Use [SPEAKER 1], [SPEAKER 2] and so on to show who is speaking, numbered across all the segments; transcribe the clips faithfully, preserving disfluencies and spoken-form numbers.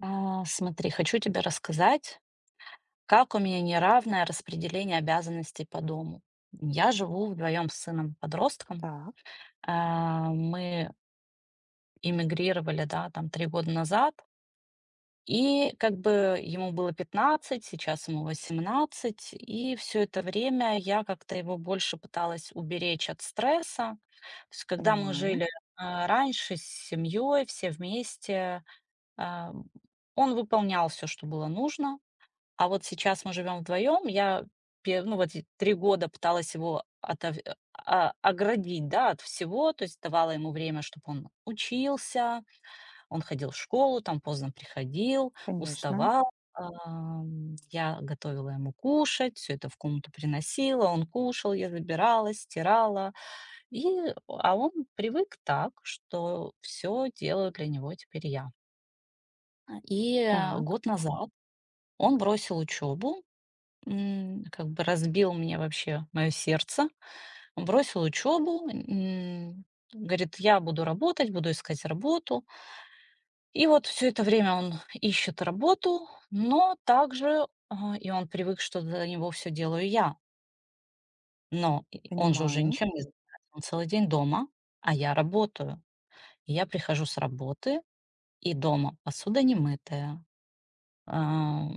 [SPEAKER 1] А, Смотри, хочу тебе рассказать, как у меня неравное распределение обязанностей по дому. Я живу вдвоем с сыном-подростком.
[SPEAKER 2] Так,
[SPEAKER 1] А, Мы эмигрировали, да, там три года назад. И как бы ему было пятнадцать, сейчас ему восемнадцать, и все это время я как-то его больше пыталась уберечь от стресса. То есть, когда мы
[SPEAKER 2] понимаю,
[SPEAKER 1] жили а, раньше с семьей, все вместе, а, он выполнял все, что было нужно. А вот сейчас мы живем вдвоем. Я пе ну, вот эти три года пыталась его отов а, оградить, да, от всего. То есть давала ему время, чтобы он учился, он ходил в школу, там поздно приходил,
[SPEAKER 2] конечно.
[SPEAKER 1] уставал. Ам, я готовила ему кушать, все это в комнату приносила, он кушал, я забирала, стирала. И, а он привык так, что все делаю для него теперь я. И э,
[SPEAKER 2] Так,
[SPEAKER 1] год назад он бросил учебу. М, как бы разбил мне вообще мое сердце. Бросил учебу, м, говорит: "Я буду работать, буду искать работу". И вот все это время он ищет работу, но также, а, и он привык, что за него все делаю я. Но и он же уже
[SPEAKER 2] понимаю.
[SPEAKER 1] ничем не занимается, он целый день дома, а я работаю. Я прихожу с работы, и дома посуда не мытая. А,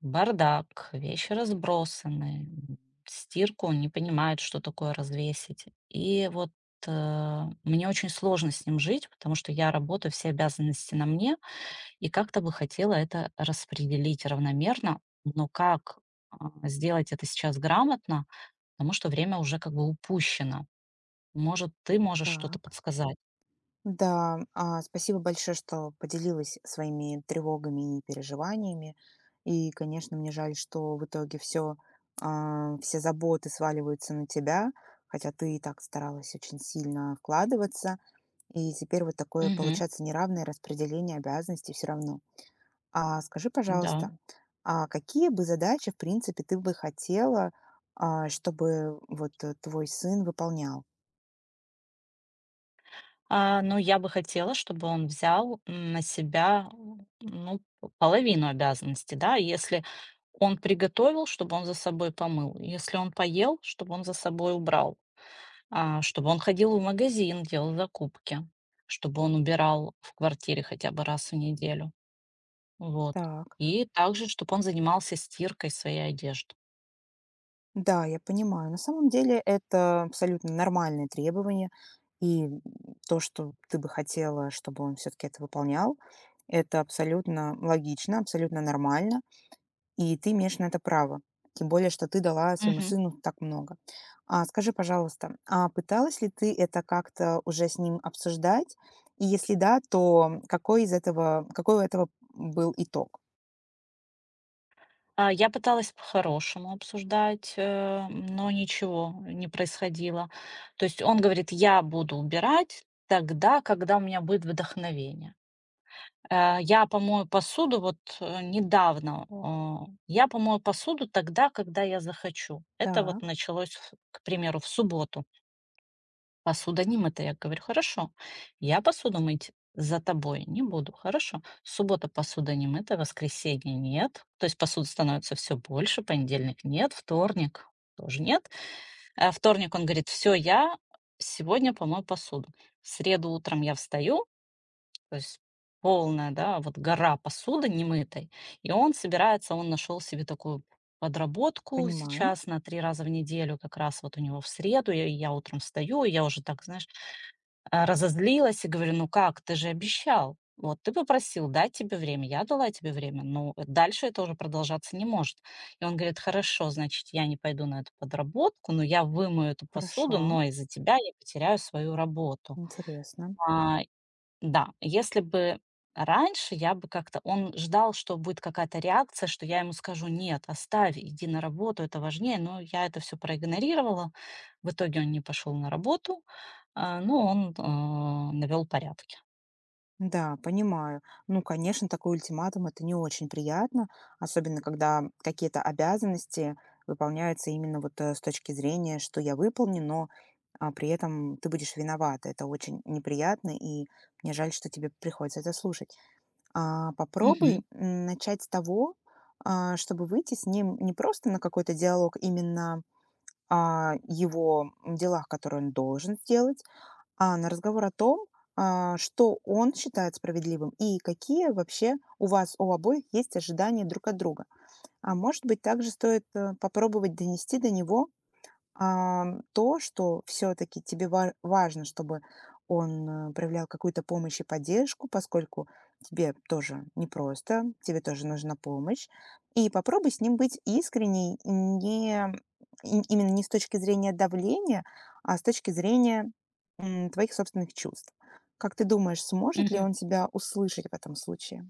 [SPEAKER 1] Бардак, вещи разбросаны, м, стирку не понимает, что такое развесить. И вот, э, мне очень сложно с ним жить, потому что я работаю, все обязанности на мне, и как-то бы хотела это распределить равномерно. Но как, а, сделать это сейчас грамотно, потому что время уже как бы упущено. Может, ты можешь что-то
[SPEAKER 2] Так.
[SPEAKER 1] подсказать?
[SPEAKER 2] Да, а, спасибо большое, что поделилась своими тревогами и переживаниями. И, конечно, мне жаль, что в итоге все, все заботы сваливаются на тебя, хотя ты и так старалась очень сильно вкладываться. И теперь вот такое
[SPEAKER 1] Мгм.
[SPEAKER 2] получается неравное распределение обязанностей все равно. А скажи,
[SPEAKER 1] Да.
[SPEAKER 2] пожалуйста, а какие бы задачи, в принципе, ты бы хотела, а, чтобы вот э, твой сын выполнял?
[SPEAKER 1] А, ну, я бы хотела, чтобы он взял м, на себя, м, ну, п- половину обязанностей, да. Если он приготовил, чтобы он за собой помыл, если он поел, чтобы он за собой убрал, а, чтобы он ходил в магазин, делал закупки, чтобы он убирал в квартире хотя бы раз в неделю, вот.
[SPEAKER 2] Так,
[SPEAKER 1] И также, чтобы он занимался стиркой своей одежды.
[SPEAKER 2] да, я понимаю. На самом деле это абсолютно нормальное требование. И м, то, что ты бы хотела, чтобы он все-таки это выполнял, это абсолютно логично, абсолютно нормально. И ты имеешь на это право. Тем более, что ты дала своему
[SPEAKER 1] Мгм.
[SPEAKER 2] сыну так много. А, скажи, пожалуйста, а пыталась ли ты это как-то уже с ним обсуждать? И если да, то какой из этого, какой у этого был итог?
[SPEAKER 1] А, я пыталась по-хорошему обсуждать, э, но ничего не происходило. То есть он говорит: "Я буду убирать тогда, когда у меня будет вдохновение". Э, я помою посуду вот, э, недавно, а, я помою посуду тогда, когда я захочу. Это
[SPEAKER 2] Так,
[SPEAKER 1] вот началось, ф к примеру, в субботу. Посуда не мытая, я говорю: "Хорошо, я посуду мыть за тобой не буду, хорошо?" Суббота - посуда не мыта, воскресенье - нет. То есть посуды становится все больше, понедельник - нет, вторник - тоже нет. А вторник он говорит: "Все, я сегодня помою посуду". В среду утром я встаю, то есть полная, да, вот гора посуды немытой, и он собирается, он нашел себе такую подработку
[SPEAKER 2] понимаю.
[SPEAKER 1] сейчас на три раза в неделю. Как раз вот у него в среду, и я утром встаю, и я уже так, знаешь, а, разозлилась и говорю: "Ну как, ты же обещал. Вот ты попросил дать тебе время, я дала тебе время, но дальше это уже продолжаться не может". И он говорит: "Хорошо, значит, я не пойду на эту подработку, но я вымою эту
[SPEAKER 2] Хорошо.
[SPEAKER 1] посуду, но из-за тебя я потеряю свою работу".
[SPEAKER 2] Интересно.
[SPEAKER 1] А да, если бы раньше я бы как-то он ждал, что будет какая-то реакция, что я ему скажу: "Нет, оставь, иди на работу, это важнее". Но я это все проигнорировала. В итоге он не пошел на работу, а, но он навел порядки.
[SPEAKER 2] Да, понимаю. Ну, конечно, такой ультиматум — это не очень приятно, особенно когда какие-то обязанности выполняются именно вот э, с точки зрения, что я выполню, но а, при этом ты будешь виновата. Это очень неприятно, и мне жаль, что тебе приходится это слушать. А, попробуй
[SPEAKER 1] Мгм,
[SPEAKER 2] м, начать с того, а, чтобы выйти с ним не просто на какой-то диалог именно о его делах, которые он должен сделать, а, на разговор о том, а, что он считает справедливым и какие вообще у вас у обоих есть ожидания друг от друга. А может быть, также стоит э, попробовать донести до него, Ам, то, что все таки тебе ва важно, чтобы он, э, проявлял какую-то помощь и поддержку, поскольку тебе тоже непросто, тебе тоже нужна помощь. И попробуй с ним быть искренней, не и именно не с точки зрения давления, а с точки зрения, м, твоих собственных чувств. Как ты думаешь, сможет ли
[SPEAKER 1] мгм.
[SPEAKER 2] он тебя услышать в этом случае?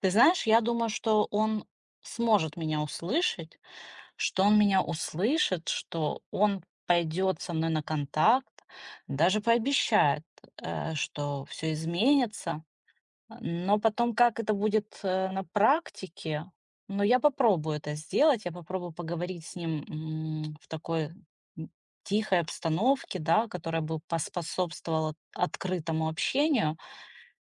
[SPEAKER 1] Ты знаешь, я думаю, что он сможет меня услышать, что он меня услышит, что он пойдет со мной на контакт, даже пообещает, э, что все изменится. Но потом, как это будет, э, на практике, но я попробую это сделать. Я попробую поговорить с ним, м, в такой, м, тихой обстановке, да, которая бы поспособствовала открытому общению.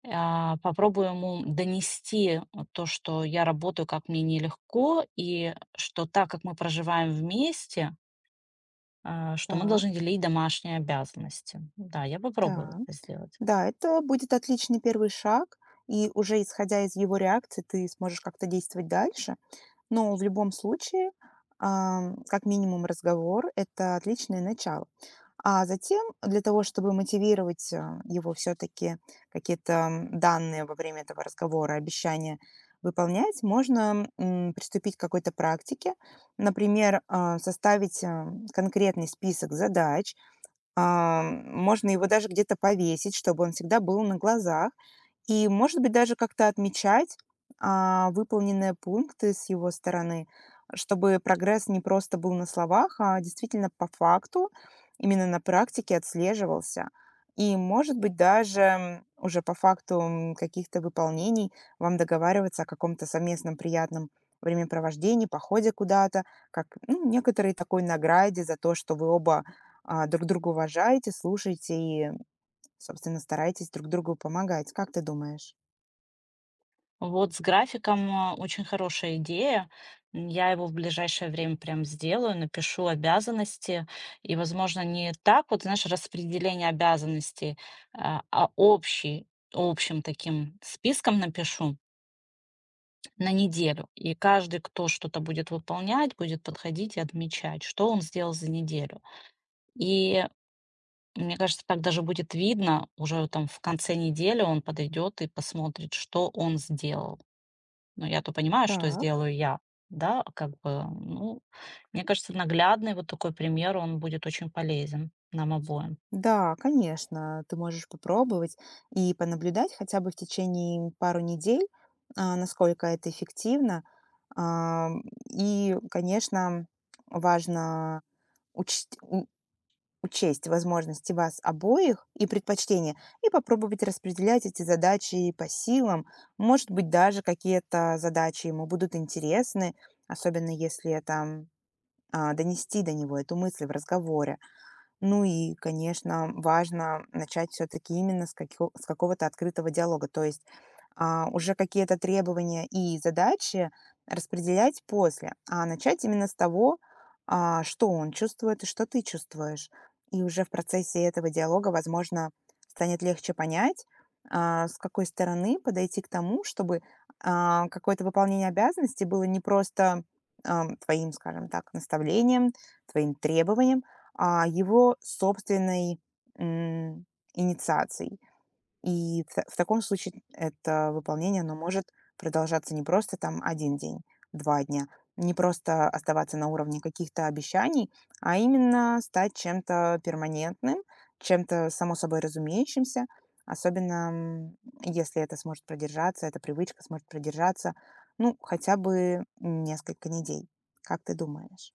[SPEAKER 1] А, попробую ему донести вот то, что я работаю, как мне нелегко, и что так как мы проживаем вместе, а, что мы
[SPEAKER 2] Так,
[SPEAKER 1] должны делить домашние обязанности. Да, я попробую
[SPEAKER 2] да.
[SPEAKER 1] это сделать.
[SPEAKER 2] Да, это будет отличный первый шаг, и уже исходя из его реакции, ты сможешь как-то действовать дальше. Но в любом случае, ам, как минимум разговор — это отличное начало. А затем, для того, чтобы мотивировать а, его все-таки какие-то м, данные во время этого разговора, обещания выполнять, можно м, приступить к какой-то практике. Например, а, составить а, конкретный список задач, а, можно его даже где-то повесить, чтобы он всегда был на глазах. И, может быть, даже как-то отмечать, а, выполненные пункты с его стороны, чтобы прогресс не просто был на словах, а действительно по факту, именно на практике отслеживался. И, может быть, даже м, уже по факту, м, каких-то выполнений вам договариваться о каком-то совместном приятном времяпровождении, походе куда-то, как, ну, некоторой такой награде за то, что вы оба, а, друг друга уважаете, слушаете и, собственно, стараетесь друг другу помогать. Как ты думаешь?
[SPEAKER 1] Вот с графиком а, очень хорошая идея. М, Я его в ближайшее время прям сделаю, напишу обязанности. И, возможно, не так вот, знаешь, распределение обязанностей, а а общий, общим таким списком напишу на неделю. И каждый, кто что-то будет выполнять, будет подходить и отмечать, что он сделал за неделю. И мне кажется, так даже будет видно, уже там в конце недели он подойдет и посмотрит, что он сделал. Но я-то понимаю, что
[SPEAKER 2] Так,
[SPEAKER 1] сделаю я, да, как бы, ну, мне кажется, наглядный вот такой пример, он будет очень полезен нам обоим.
[SPEAKER 2] да, конечно, ты можешь попробовать и понаблюдать хотя бы в течение пару недель, а, насколько это эффективно. Ам, И, конечно, важно учесть, у- учесть возможности вас обоих и предпочтения, и попробовать распределять эти задачи по силам. Может быть, даже какие-то задачи ему будут интересны, особенно если это м, а, донести до него эту мысль в разговоре. Ну и, конечно, важно начать все-таки именно с, каких- с какого-то открытого диалога, то есть а, уже какие-то требования и задачи распределять после, а начать именно с того, а, что он чувствует и что ты чувствуешь. И уже в процессе этого диалога, возможно, станет легче понять, а, с какой стороны подойти к тому, чтобы а, какое-то выполнение обязанностей было не просто ам, твоим, скажем так, наставлением, твоим требованием, а, его собственной, м, инициацией. И в та в таком случае это выполнение, оно может продолжаться не просто там один день, два дня, не просто оставаться на уровне каких-то обещаний, а именно стать чем-то перманентным, чем-то само собой разумеющимся. Особенно, м, если это сможет продержаться, эта привычка сможет продержаться, ну, хотя бы несколько недель. Как ты думаешь?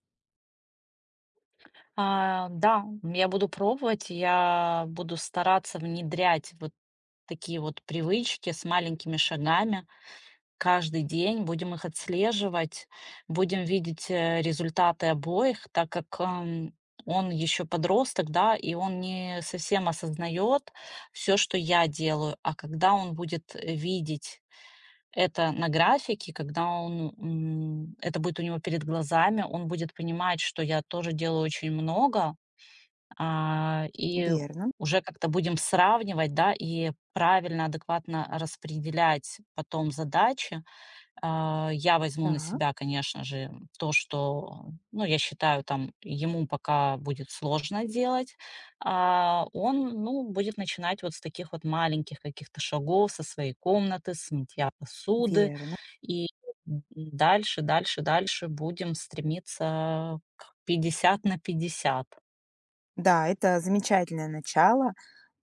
[SPEAKER 1] А, да, я буду пробовать, я буду стараться внедрять вот такие вот привычки с маленькими шагами. Каждый день будем их отслеживать, будем видеть, э, результаты обоих, так как, ам, он еще подросток, да, и он не совсем осознает все, что я делаю. А когда он будет, э, видеть это на графике, когда он, м, это будет у него перед глазами, он будет понимать, что я тоже делаю очень много, а, и
[SPEAKER 2] Верно.
[SPEAKER 1] уже как-то будем сравнивать, да, и правильно, адекватно распределять потом задачи. А, я возьму на
[SPEAKER 2] Да,
[SPEAKER 1] себя, конечно же, то, что, ну, я считаю, там, ему пока будет сложно делать. А, он, ну, будет начинать вот с таких вот маленьких каких-то шагов, со своей комнаты, с мытья посуды.
[SPEAKER 2] верно.
[SPEAKER 1] И дальше, дальше, дальше будем стремиться к пятьдесят на пятьдесят.
[SPEAKER 2] Да, это замечательное начало,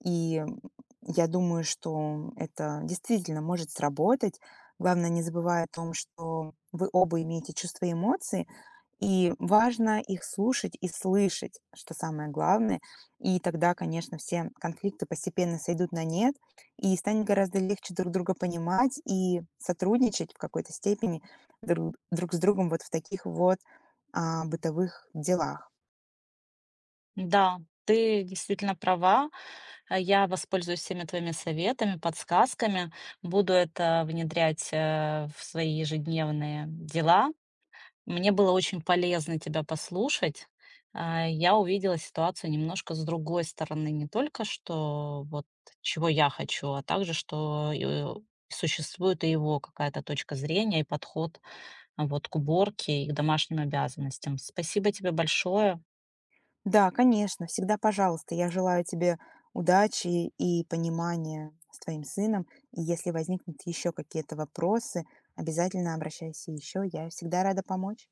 [SPEAKER 2] и, м, я думаю, что это действительно может сработать. Главное, не забывая о том, что вы оба имеете чувства и эмоции, и важно их слушать и слышать, что самое главное. И тогда, конечно, все конфликты постепенно сойдут на нет, и станет гораздо легче друг друга понимать и сотрудничать в какой-то степени друг, друг с другом вот в таких вот а, бытовых делах.
[SPEAKER 1] Да, ты действительно права. А, Я воспользуюсь всеми твоими советами, подсказками, буду это внедрять э, в свои ежедневные дела. Мне было очень полезно тебя послушать. А, Я увидела ситуацию немножко с другой стороны, не только что вот чего я хочу, а также что э, существует и его какая-то точка зрения и подход а, вот к уборке и к домашним обязанностям. Спасибо тебе большое.
[SPEAKER 2] Да, конечно, всегда пожалуйста. Я желаю тебе удачи и понимания с твоим сыном. И если возникнут еще какие-то вопросы, обязательно обращайся еще. Я всегда рада помочь.